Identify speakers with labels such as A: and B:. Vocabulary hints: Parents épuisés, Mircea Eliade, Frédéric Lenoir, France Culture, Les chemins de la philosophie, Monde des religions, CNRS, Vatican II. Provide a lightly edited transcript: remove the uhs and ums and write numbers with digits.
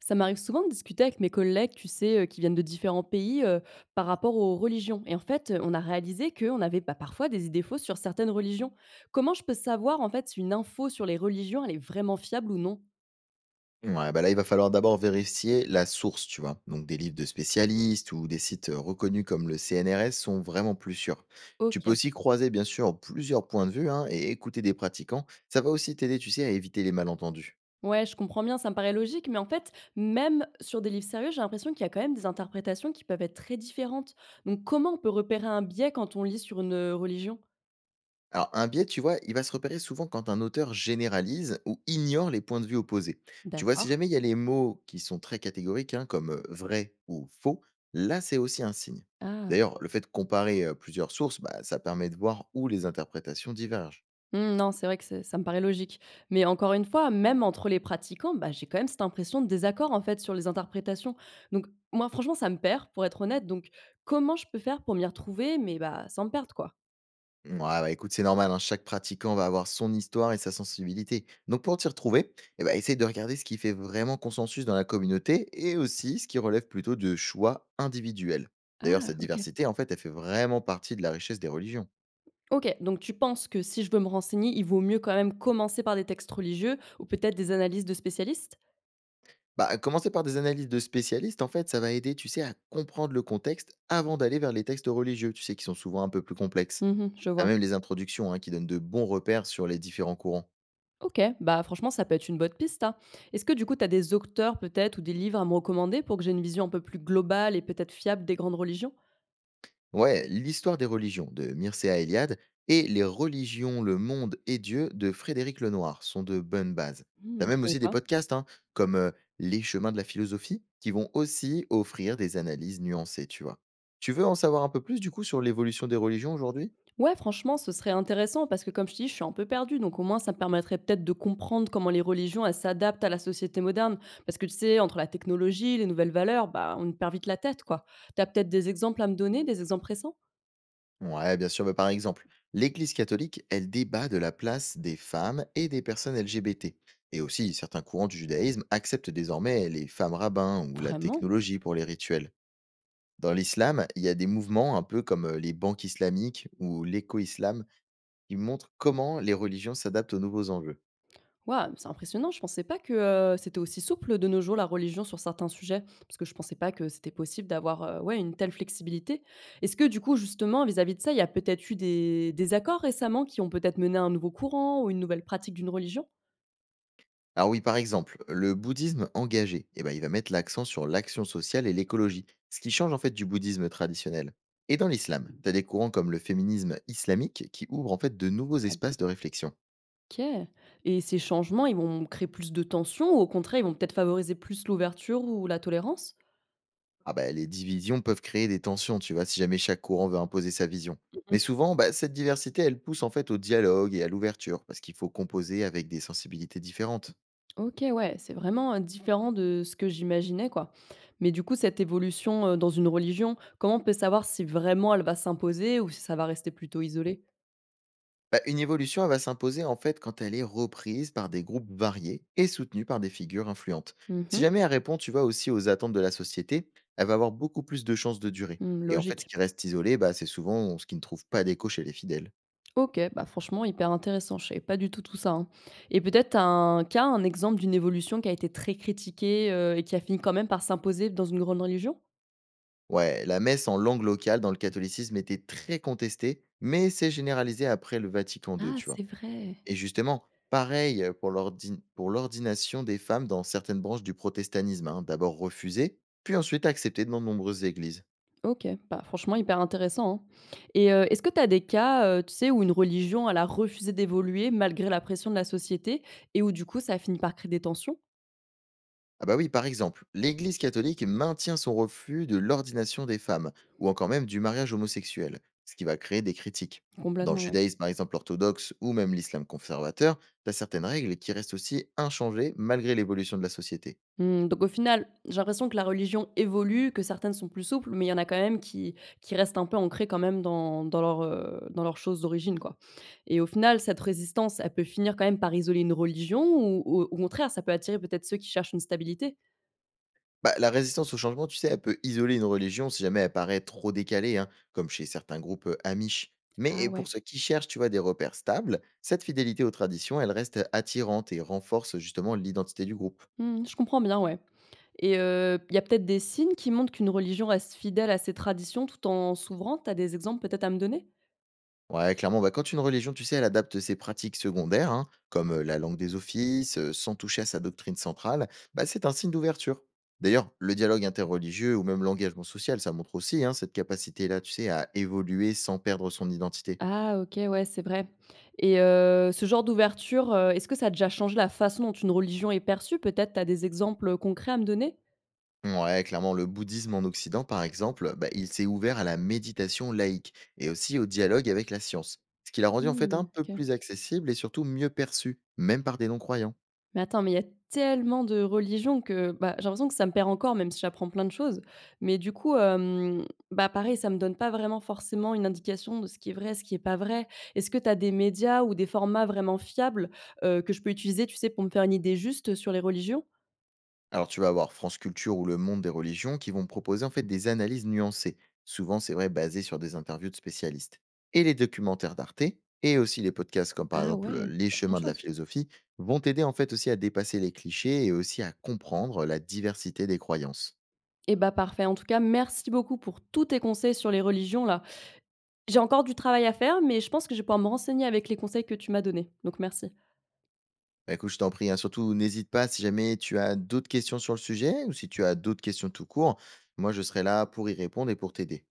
A: Ça m'arrive souvent de discuter avec mes collègues, tu sais, qui viennent de différents pays par rapport aux religions. Et en fait, on a réalisé qu'on avait bah, parfois des idées fausses sur certaines religions. Comment je peux savoir, en fait, si une info sur les religions, elle est vraiment fiable ou non?
B: Ouais, bah là, il va falloir d'abord vérifier la source, tu vois. Donc, des livres de spécialistes ou des sites reconnus comme le CNRS sont vraiment plus sûrs.
A: Ok.
B: Tu peux aussi croiser, bien sûr, plusieurs points de vue hein, et écouter des pratiquants. Ça va aussi t'aider, tu sais, à éviter les malentendus.
A: Ouais, je comprends bien, ça me paraît logique, mais en fait, même sur des livres sérieux, j'ai l'impression qu'il y a quand même des interprétations qui peuvent être très différentes. Donc, comment on peut repérer un biais quand on lit sur une religion?
B: Alors, un biais, tu vois, il va se repérer souvent quand un auteur généralise ou ignore les points de vue opposés. Tu vois, si
A: D'accord.
B: jamais il y a les mots qui sont très catégoriques, hein, comme vrai ou faux, là, c'est aussi un signe.
A: Ah.
B: D'ailleurs, le fait de comparer plusieurs sources, bah, ça permet de voir où les interprétations divergent.
A: Mmh, non, c'est vrai que c'est ça me paraît logique. Mais encore une fois, même entre les pratiquants, bah, j'ai quand même cette impression de désaccord, en fait, sur les interprétations. Donc moi, franchement, ça me perd, pour être honnête. Donc comment je peux faire pour m'y retrouver, mais bah, sans me perdre, quoi?
B: Ouais, bah, écoute, c'est normal, hein, chaque pratiquant va avoir son histoire et sa sensibilité. Donc pour t'y retrouver, eh ben, essaye de regarder ce qui fait vraiment consensus dans la communauté et aussi ce qui relève plutôt de choix individuels. D'ailleurs,
A: Ah,
B: cette
A: OK.
B: diversité, en fait, elle fait vraiment partie de la richesse des religions.
A: OK, donc tu penses que si je veux me renseigner, il vaut mieux quand même commencer par des textes religieux ou peut-être des analyses de spécialistes?
B: Bah, commencer par des analyses de spécialistes, en fait, ça va aider, tu sais, à comprendre le contexte avant d'aller vers les textes religieux, tu sais, qui sont souvent un peu plus complexes.
A: Mmh, je
B: T'as
A: vois.
B: même les introductions hein, qui donnent de bons repères sur les différents courants.
A: OK, bah, franchement, ça peut être une bonne piste, hein. Est-ce que du coup, tu as des auteurs peut-être ou des livres à me recommander pour que j'ai une vision un peu plus globale et peut-être fiable des grandes religions?
B: Ouais, l'histoire des religions de Mircea Eliade et les religions, le monde et Dieu de Frédéric Lenoir sont de bonnes bases.
A: Mmh,
B: T'as
A: je
B: même
A: connais
B: aussi des
A: pas.
B: podcasts hein, comme Les chemins de la philosophie qui vont aussi offrir des analyses nuancées, tu vois. Tu veux en savoir un peu plus du coup sur l'évolution des religions aujourd'hui?
A: Ouais, franchement, ce serait intéressant parce que comme je te dis, je suis un peu perdue, donc au moins ça me permettrait peut-être de comprendre comment les religions elles s'adaptent à la société moderne. Parce que tu sais, entre la technologie, les nouvelles valeurs, bah on perd vite la tête, quoi. Tu as peut-être des exemples à me donner, des exemples récents?
B: Ouais, bien sûr, bah, par exemple, l'Église catholique, elle débat de la place des femmes et des personnes LGBT. Et aussi, certains courants du judaïsme acceptent désormais les femmes rabbins ou la
A: Vraiment?
B: technologie pour les rituels. Dans l'islam, il y a des mouvements un peu comme, les banques islamiques ou l'éco-islam qui montrent comment les religions s'adaptent aux nouveaux enjeux.
A: Waouh, c'est impressionnant. Je pensais pas que c'était aussi souple de nos jours la religion sur certains sujets, parce que je pensais pas que c'était possible d'avoir ouais une telle flexibilité. Est-ce que du coup justement vis-à-vis de ça, il y a peut-être eu des accords récemment qui ont peut-être mené à un nouveau courant ou une nouvelle pratique d'une religion?
B: Alors oui, par exemple, le bouddhisme engagé, eh ben, il va mettre l'accent sur l'action sociale et l'écologie, ce qui change en fait du bouddhisme traditionnel. Et dans l'islam, tu as des courants comme le féminisme islamique qui ouvrent en fait de nouveaux espaces de réflexion.
A: OK, et ces changements, ils vont créer plus de tensions ou au contraire, ils vont peut-être favoriser plus l'ouverture ou la tolérance?
B: Ah bah, les divisions peuvent créer des tensions, tu vois, si jamais chaque courant veut imposer sa vision.
A: Mmh.
B: Mais souvent, bah, cette diversité, elle pousse en fait au dialogue et à l'ouverture, parce qu'il faut composer avec des sensibilités différentes.
A: OK, ouais, c'est vraiment, différent de ce que j'imaginais, quoi. Mais du coup, cette évolution, dans une religion, comment on peut savoir si vraiment elle va s'imposer ou si ça va rester plutôt isolé?
B: Bah, une évolution, elle va s'imposer en fait quand elle est reprise par des groupes variés et soutenue par des figures influentes.
A: Mmh
B: Si
A: mh.
B: jamais elle répond, tu vois, aussi aux attentes de la société, elle va avoir beaucoup plus de chances de durer.
A: Mmh,
B: Et en fait, ce
A: logique.
B: qui reste isolé, bah, c'est souvent ce qui ne trouve pas d'écho chez les fidèles.
A: OK, bah, franchement hyper intéressant, je savais pas du tout tout ça, hein, et peut-être un cas, un exemple d'une évolution qui a été très critiquée, heu, et qui a fini quand même par s'imposer dans une grande religion?
B: Ouais, la messe en langue locale dans le catholicisme était très contestée, mais s'est généralisée après le Vatican II,
A: Ah,
B: tu vois.
A: c'est vrai.
B: Et justement, pareil pour l'ordination des femmes dans certaines branches du protestantisme, hein, d'abord refusée, puis ensuite acceptée dans de nombreuses églises.
A: OK, bah, franchement hyper intéressant, hein. Et est-ce que tu as des cas, tu sais, où une religion, elle a refusé d'évoluer malgré la pression de la société et où du coup ça a fini par créer des tensions?
B: Ah bah oui, par exemple, l'Église catholique maintient son refus de l'ordination des femmes, ou encore même du mariage homosexuel, ce qui va créer des critiques. Dans le
A: Complètement, ouais.
B: judaïsme, par exemple, orthodoxe ou même l'islam conservateur, t'as certaines règles qui restent aussi inchangées malgré l'évolution de la société.
A: Mmh, donc au final, j'ai l'impression que la religion évolue, que certaines sont plus souples, mais il y en a quand même qui restent un peu ancrées quand même dans leurs, dans leurs choses d'origine, quoi. Et au final, cette résistance, elle peut finir quand même par isoler une religion ou au contraire, ça peut attirer peut-être ceux qui cherchent une stabilité?
B: Bah, la résistance au changement, tu sais, elle peut isoler une religion si jamais elle paraît trop décalée, hein, comme chez certains groupes amish. Mais
A: Ah
B: et pour
A: ouais,
B: ceux qui cherchent, tu vois, des repères stables, cette fidélité aux traditions, elle reste attirante et renforce justement l'identité du groupe.
A: mmh, je comprends bien, ouais. Et il y a peut-être des signes qui montrent qu'une religion reste fidèle à ses traditions tout en s'ouvrant? Tu as des exemples peut-être à me donner?
B: Ouais, clairement, bah, quand une religion, tu sais, elle adapte ses pratiques secondaires, hein, comme la langue des offices, sans toucher à sa doctrine centrale, bah, c'est un signe d'ouverture. D'ailleurs, le dialogue interreligieux ou même l'engagement social, ça montre aussi hein, cette capacité-là, tu sais, à évoluer sans perdre son identité.
A: Ah OK, ouais, c'est vrai. Et ce genre d'ouverture, est-ce que ça a déjà changé la façon dont une religion est perçue? Peut-être tu as des exemples, concrets à me donner?
B: Ouais, clairement, le bouddhisme en Occident, par exemple, bah, il s'est ouvert à la méditation laïque et aussi au dialogue avec la science, ce qui l'a rendu en fait un
A: Mmh,
B: peu
A: OK.
B: plus accessible et surtout mieux perçu, même par des non-croyants.
A: Mais attends, mais il y a tellement de religions que, bah, j'ai l'impression que ça me perd encore, même si j'apprends plein de choses. Mais du coup, hem, bah, pareil, ça me donne pas vraiment forcément une indication de ce qui est vrai, ce qui est pas vrai. Est-ce que tu as des médias ou des formats vraiment fiables, que je peux utiliser, tu sais, pour me faire une idée juste sur les religions?
B: Alors tu vas avoir France Culture ou le Monde des religions qui vont proposer en fait des analyses nuancées, souvent c'est vrai basées sur des interviews de spécialistes. Et les documentaires d'Arte et aussi les podcasts comme par
A: Ah
B: exemple
A: ouais,
B: Les
A: y a plein de
B: chemins de la
A: choses.
B: philosophie vont t'aider en fait aussi à dépasser les clichés et aussi à comprendre la diversité des croyances.
A: Eh bah, parfait. En tout cas, merci beaucoup pour tous tes conseils sur les religions là. J'ai encore du travail à faire, mais je pense que je vais pouvoir me renseigner avec les conseils que tu m'as donnés. Donc merci.
B: Bah, écoute, je t'en prie, hein. Surtout, n'hésite pas si jamais tu as d'autres questions sur le sujet ou si tu as d'autres questions tout court. Moi, je serai là pour y répondre et pour t'aider.